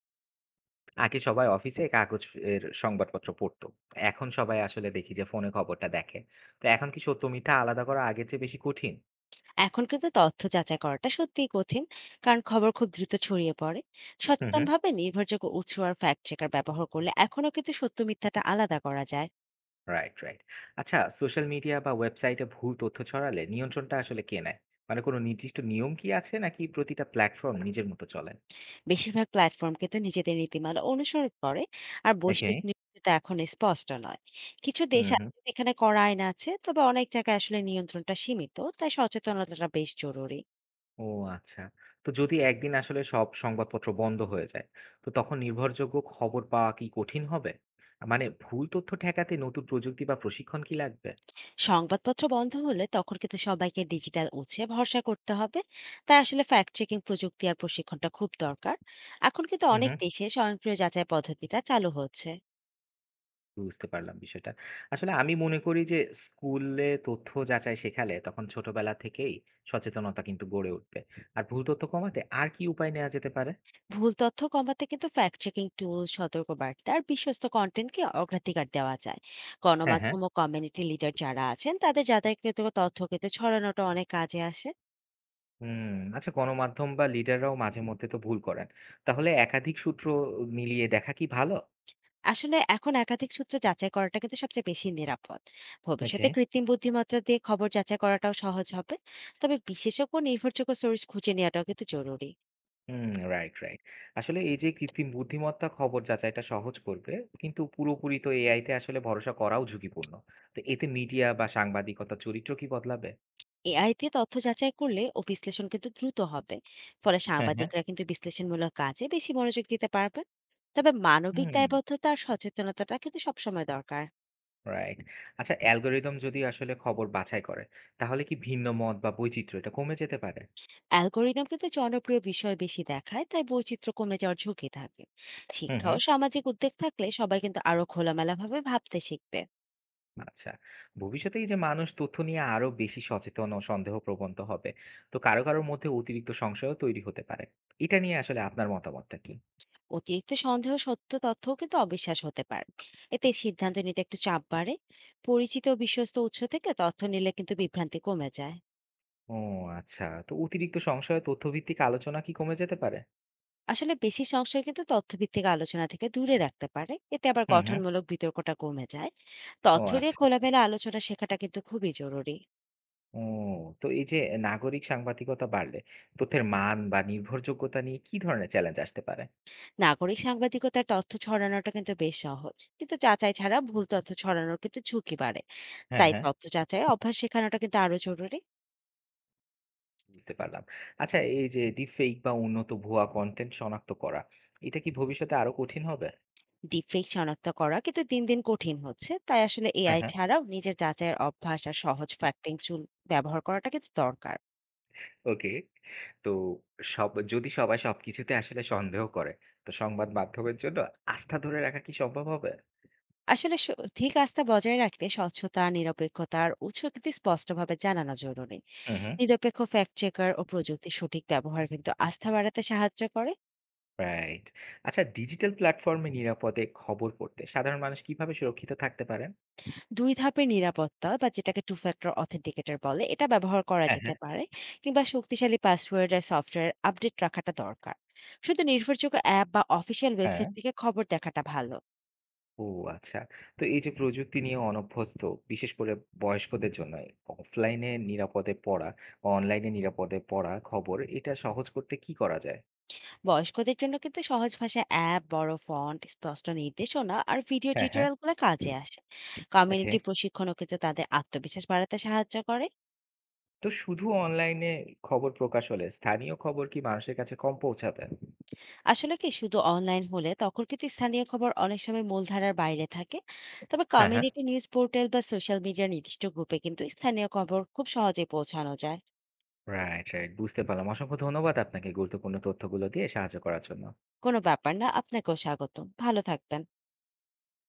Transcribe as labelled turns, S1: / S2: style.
S1: আগে সবাই অফিসে কাগজ এর সংবাদপত্র পড়তো। এখন সবাই আসলে দেখি যে ফোনে খবরটা দেখে। তো এখন কি সত্য মিথ্যা আলাদা করা আগের চেয়ে বেশি কঠিন?
S2: এখন কিন্তু তথ্য যাচাই করাটা সত্যিই কঠিন, কারণ খবর খুব দ্রুত ছড়িয়ে পড়ে।
S1: হুম হুম
S2: সচেতনভাবে নির্ভরযোগ্য উৎস আর ফ্যাক্ট চেকার ব্যবহার করলে এখনো কিন্তু সত্য মিথ্যাটা আলাদা করা যায়।
S1: Right, right. আচ্ছা সোশ্যাল মিডিয়া বা ওয়েবসাইটে ভুল তথ্য ছড়ালে নিয়ন্ত্রণটা আসলে কে নেয়? মানে কোনো নির্দিষ্ট নিয়ম কি আছে নাকি প্রতিটা প্ল্যাটফর্ম নিজের মতো চলে?
S2: বেশিরভাগ প্ল্যাটফর্ম কিন্তু নিজেদের নীতিমালা অনুসরণ করে, আর
S1: ওকে
S2: বৈশ্বিক নিয়ন্ত্রণটা এখন স্পষ্ট নয়। কিছু
S1: হুম
S2: দেশ
S1: হুম
S2: আছে যেখানে করা আইন আছে, তবে অনেক জায়গায় আসলে নিয়ন্ত্রণটা সীমিত, তাই সচেতনতাটা বেশ জরুরি।
S1: ও আচ্ছা। তো যদি একদিন আসলে সব সংবাদপত্র বন্ধ হয়ে যায়, তো তখন নির্ভরযোগ্য খবর পাওয়া কি কঠিন হবে? মানে ভুল তথ্য ঠেকাতে নতুন প্রযুক্তি বা প্রশিক্ষণ কি লাগবে?
S2: সংবাদপত্র বন্ধ হলে তখন কিন্তু সবাইকে ডিজিটাল উৎসে ভরসা করতে হবে, তাই আসলে ফ্যাক্ট চেকিং প্রযুক্তি আর প্রশিক্ষণটা খুব দরকার। এখন কিন্তু অনেক দেশে স্বয়ংক্রিয় যাচাই পদ্ধতিটা চালু হচ্ছে।
S1: বুঝতে পারলাম বিষয়টা। আসলে আমি মনে করি যে স্কুলে তথ্য যাচাই শেখালে তখন ছোটবেলা থেকেই সচেতনতা কিন্তু গড়ে উঠবে। আর ভুল তথ্য কমাতে আর কি উপায় নেওয়া যেতে পারে?
S2: ভুল তথ্য কমাতে কিন্তু ফ্যাক্ট চেকিং টুল, সতর্কবার্তা আর বিশ্বস্ত কন্টেন্টকে অগ্রাধিকার দেওয়া যায়।
S1: হ্যাঁ, হ্যাঁ।
S2: গণমাধ্যম ও কমিউনিটি লিডার যারা আছেন, তাদের যাতায়াতগত তথ্য কিন্তু ছড়ানোটা অনেক কাজে আসে।
S1: হুম, আচ্ছা গণমাধ্যম বা লিডাররাও মাঝে মধ্যে তো ভুল করেন। তাহলে একাধিক সূত্র মিলিয়ে দেখা কি ভালো?
S2: আসলে এখন একাধিক সূত্র যাচাই করাটা কিন্তু সবচেয়ে বেশি নিরাপদ।
S1: ওকে।
S2: ভবিষ্যতে কৃত্রিম বুদ্ধিমত্তা দিয়ে খবর যাচাই করাটাও সহজ হবে, তবে বিশেষজ্ঞ ও নির্ভরযোগ্য সোর্স খুঁজে নেওয়াটাও কিন্তু জরুরি।
S1: হুম, রাইট, রাইট। আসলে এই যে কৃত্রিম বুদ্ধিমত্তা খবর যাচাইটা সহজ করবে, কিন্তু পুরোপুরি তো এআই তে আসলে ভরসা করাও ঝুঁকিপূর্ণ। তো এতে মিডিয়া বা সাংবাদিকতার চরিত্র কি বদলাবে?
S2: এআই দিয়ে তথ্য যাচাই করলে ও বিশ্লেষণ কিন্তু দ্রুত হবে, ফলে
S1: হ্যাঁ, হ্যাঁ।
S2: সাংবাদিকরা কিন্তু বিশ্লেষণমূলক কাজে বেশি মনোযোগ দিতে পারবেন। তবে মানবিক
S1: হুম।
S2: দায়বদ্ধতা আর সচেতনতাটা কিন্তু সবসময় দরকার।
S1: রাইট। আচ্ছা অ্যালগরিদম যদি আসলে খবর বাছাই করে, তাহলে কি ভিন্ন মত বা বৈচিত্র্য এটা কমে যেতে পারে?
S2: অ্যালগোরিদম কিন্তু জনপ্রিয় বিষয় বেশি দেখায়, তাই বৈচিত্র্য কমে যাওয়ার ঝুঁকি থাকে।
S1: হুম,
S2: শিক্ষা
S1: হুম।
S2: ও সামাজিক উদ্যোগ থাকলে সবাই কিন্তু আরো খোলামেলাভাবে ভাবতে শিখবে।
S1: আচ্ছা। ভবিষ্যতে এই যে মানুষ তথ্য নিয়ে আরো বেশি সচেতন ও সন্দেহপ্রবণ তো হবে। তো কারো মধ্যে অতিরিক্ত সংশয়ও তৈরি হতে পারে। এটা নিয়ে আসলে আপনার মতামতটা কি?
S2: অতিরিক্ত সন্দেহ সত্য তথ্যও কিন্তু অবিশ্বাস হতে পারে, এতে সিদ্ধান্ত নিতে একটু চাপ বাড়ে। পরিচিত ও বিশ্বস্ত উৎস থেকে তথ্য নিলে কিন্তু বিভ্রান্তি কমে যায়।
S1: ও আচ্ছা। তো অতিরিক্ত সংশয় তথ্যভিত্তিক আলোচনা কি কমে যেতে পারে?
S2: আসলে বেশি সংশয় কিন্তু তথ্যভিত্তিক আলোচনা থেকে দূরে রাখতে পারে, এতে আবার
S1: হুম, হুম।
S2: গঠনমূলক বিতর্কটা কমে যায়।
S1: ও
S2: তথ্য দিয়ে
S1: আচ্ছা, আচ্ছা।
S2: খোলামেলা আলোচনা শেখাটা কিন্তু খুবই জরুরি।
S1: ও তো এই যে নাগরিক সাংবাদিকতা বাড়লে তথ্যের মান বা নির্ভরযোগ্যতা নিয়ে কি ধরনের চ্যালেঞ্জ আসতে পারে?
S2: নাগরিক সাংবাদিকতার তথ্য ছড়ানোটা কিন্তু বেশ সহজ, কিন্তু যাচাই ছাড়া ভুল তথ্য ছড়ানোর কিন্তু ঝুঁকি বাড়ে।
S1: হ্যাঁ,
S2: তাই
S1: হ্যাঁ।
S2: তথ্য যাচাই অভ্যাস শেখানোটা কিন্তু আরো জরুরি।
S1: বুঝতে পারলাম। আচ্ছা এই যে ডিপ ফেক বা উন্নত ভুয়া কনটেন্ট শনাক্ত করা, এটা কি ভবিষ্যতে আরো কঠিন হবে?
S2: ডিফেক্ট শনাক্ত করা কিন্তু দিন দিন কঠিন হচ্ছে, তাই আসলে
S1: হ্যাঁ,
S2: এআই
S1: হ্যাঁ।
S2: ছাড়াও নিজের যাচাইয়ের অভ্যাস আর সহজ ফ্যাক্টিং চুল ব্যবহার করাটা কিন্তু দরকার।
S1: ওকে। তো সব যদি সবাই সবকিছুতে আসলে সন্দেহ করে, তো সংবাদ মাধ্যমের জন্য আস্থা ধরে রাখা কি সম্ভব হবে?
S2: আসলে ঠিক আস্থা বজায় রাখতে স্বচ্ছতা, নিরপেক্ষতা আর উৎস কিন্তু স্পষ্টভাবে জানানো জরুরি।
S1: হুম, হুম।
S2: নিরপেক্ষ ফ্যাক্ট চেকার ও প্রযুক্তির সঠিক ব্যবহার কিন্তু আস্থা বাড়াতে সাহায্য করে।
S1: রাইট। আচ্ছা ডিজিটাল প্ল্যাটফর্মে নিরাপদে খবর পড়তে সাধারণ মানুষ কিভাবে সুরক্ষিত থাকতে পারেন?
S2: ২ ধাপের নিরাপত্তা, বা যেটাকে টু ফ্যাক্টর অথেন্টিকেটর বলে, এটা ব্যবহার করা
S1: হ্যাঁ,
S2: যেতে
S1: হ্যাঁ,
S2: পারে। কিংবা শক্তিশালী পাসওয়ার্ড আর সফটওয়্যার আপডেট রাখাটা দরকার। শুধু নির্ভরযোগ্য অ্যাপ বা অফিসিয়াল
S1: হ্যাঁ।
S2: ওয়েবসাইট থেকে খবর দেখাটা ভালো।
S1: ও আচ্ছা। তো এই যে প্রযুক্তি নিয়ে অনভ্যস্ত, বিশেষ করে বয়স্কদের জন্য অফলাইনে নিরাপদে পড়া, বা অনলাইনে নিরাপদে পড়া খবর এটা সহজ করতে কি করা যায়?
S2: বয়স্কদের জন্য কিন্তু সহজ ভাষায় অ্যাপ, বড় ফন্ট, স্পষ্ট নির্দেশনা আর ভিডিও
S1: হ্যাঁ, হ্যাঁ।
S2: টিউটোরিয়ালগুলো কাজে আসে।
S1: ওকে।
S2: কমিউনিটি প্রশিক্ষণও কিন্তু তাদের আত্মবিশ্বাস বাড়াতে সাহায্য করে।
S1: তো শুধু অনলাইনে খবর প্রকাশ হলে স্থানীয় খবর কি মানুষের কাছে কম পৌঁছাবে?
S2: আসলে কি শুধু অনলাইন হলে তখন কিন্তু স্থানীয় খবর অনেক সময় মূলধারার বাইরে থাকে। তবে
S1: হ্যাঁ, হ্যাঁ।
S2: কমিউনিটি নিউজ পোর্টাল বা সোশ্যাল মিডিয়ার নির্দিষ্ট গ্রুপে কিন্তু স্থানীয় খবর খুব সহজে পৌঁছানো যায়।
S1: Right, right. বুঝতে পারলাম। অসংখ্য ধন্যবাদ আপনাকে গুরুত্বপূর্ণ তথ্যগুলো দিয়ে সাহায্য করার জন্য।
S2: কোনো ব্যাপার না, আপনাকেও স্বাগতম, ভালো থাকবেন।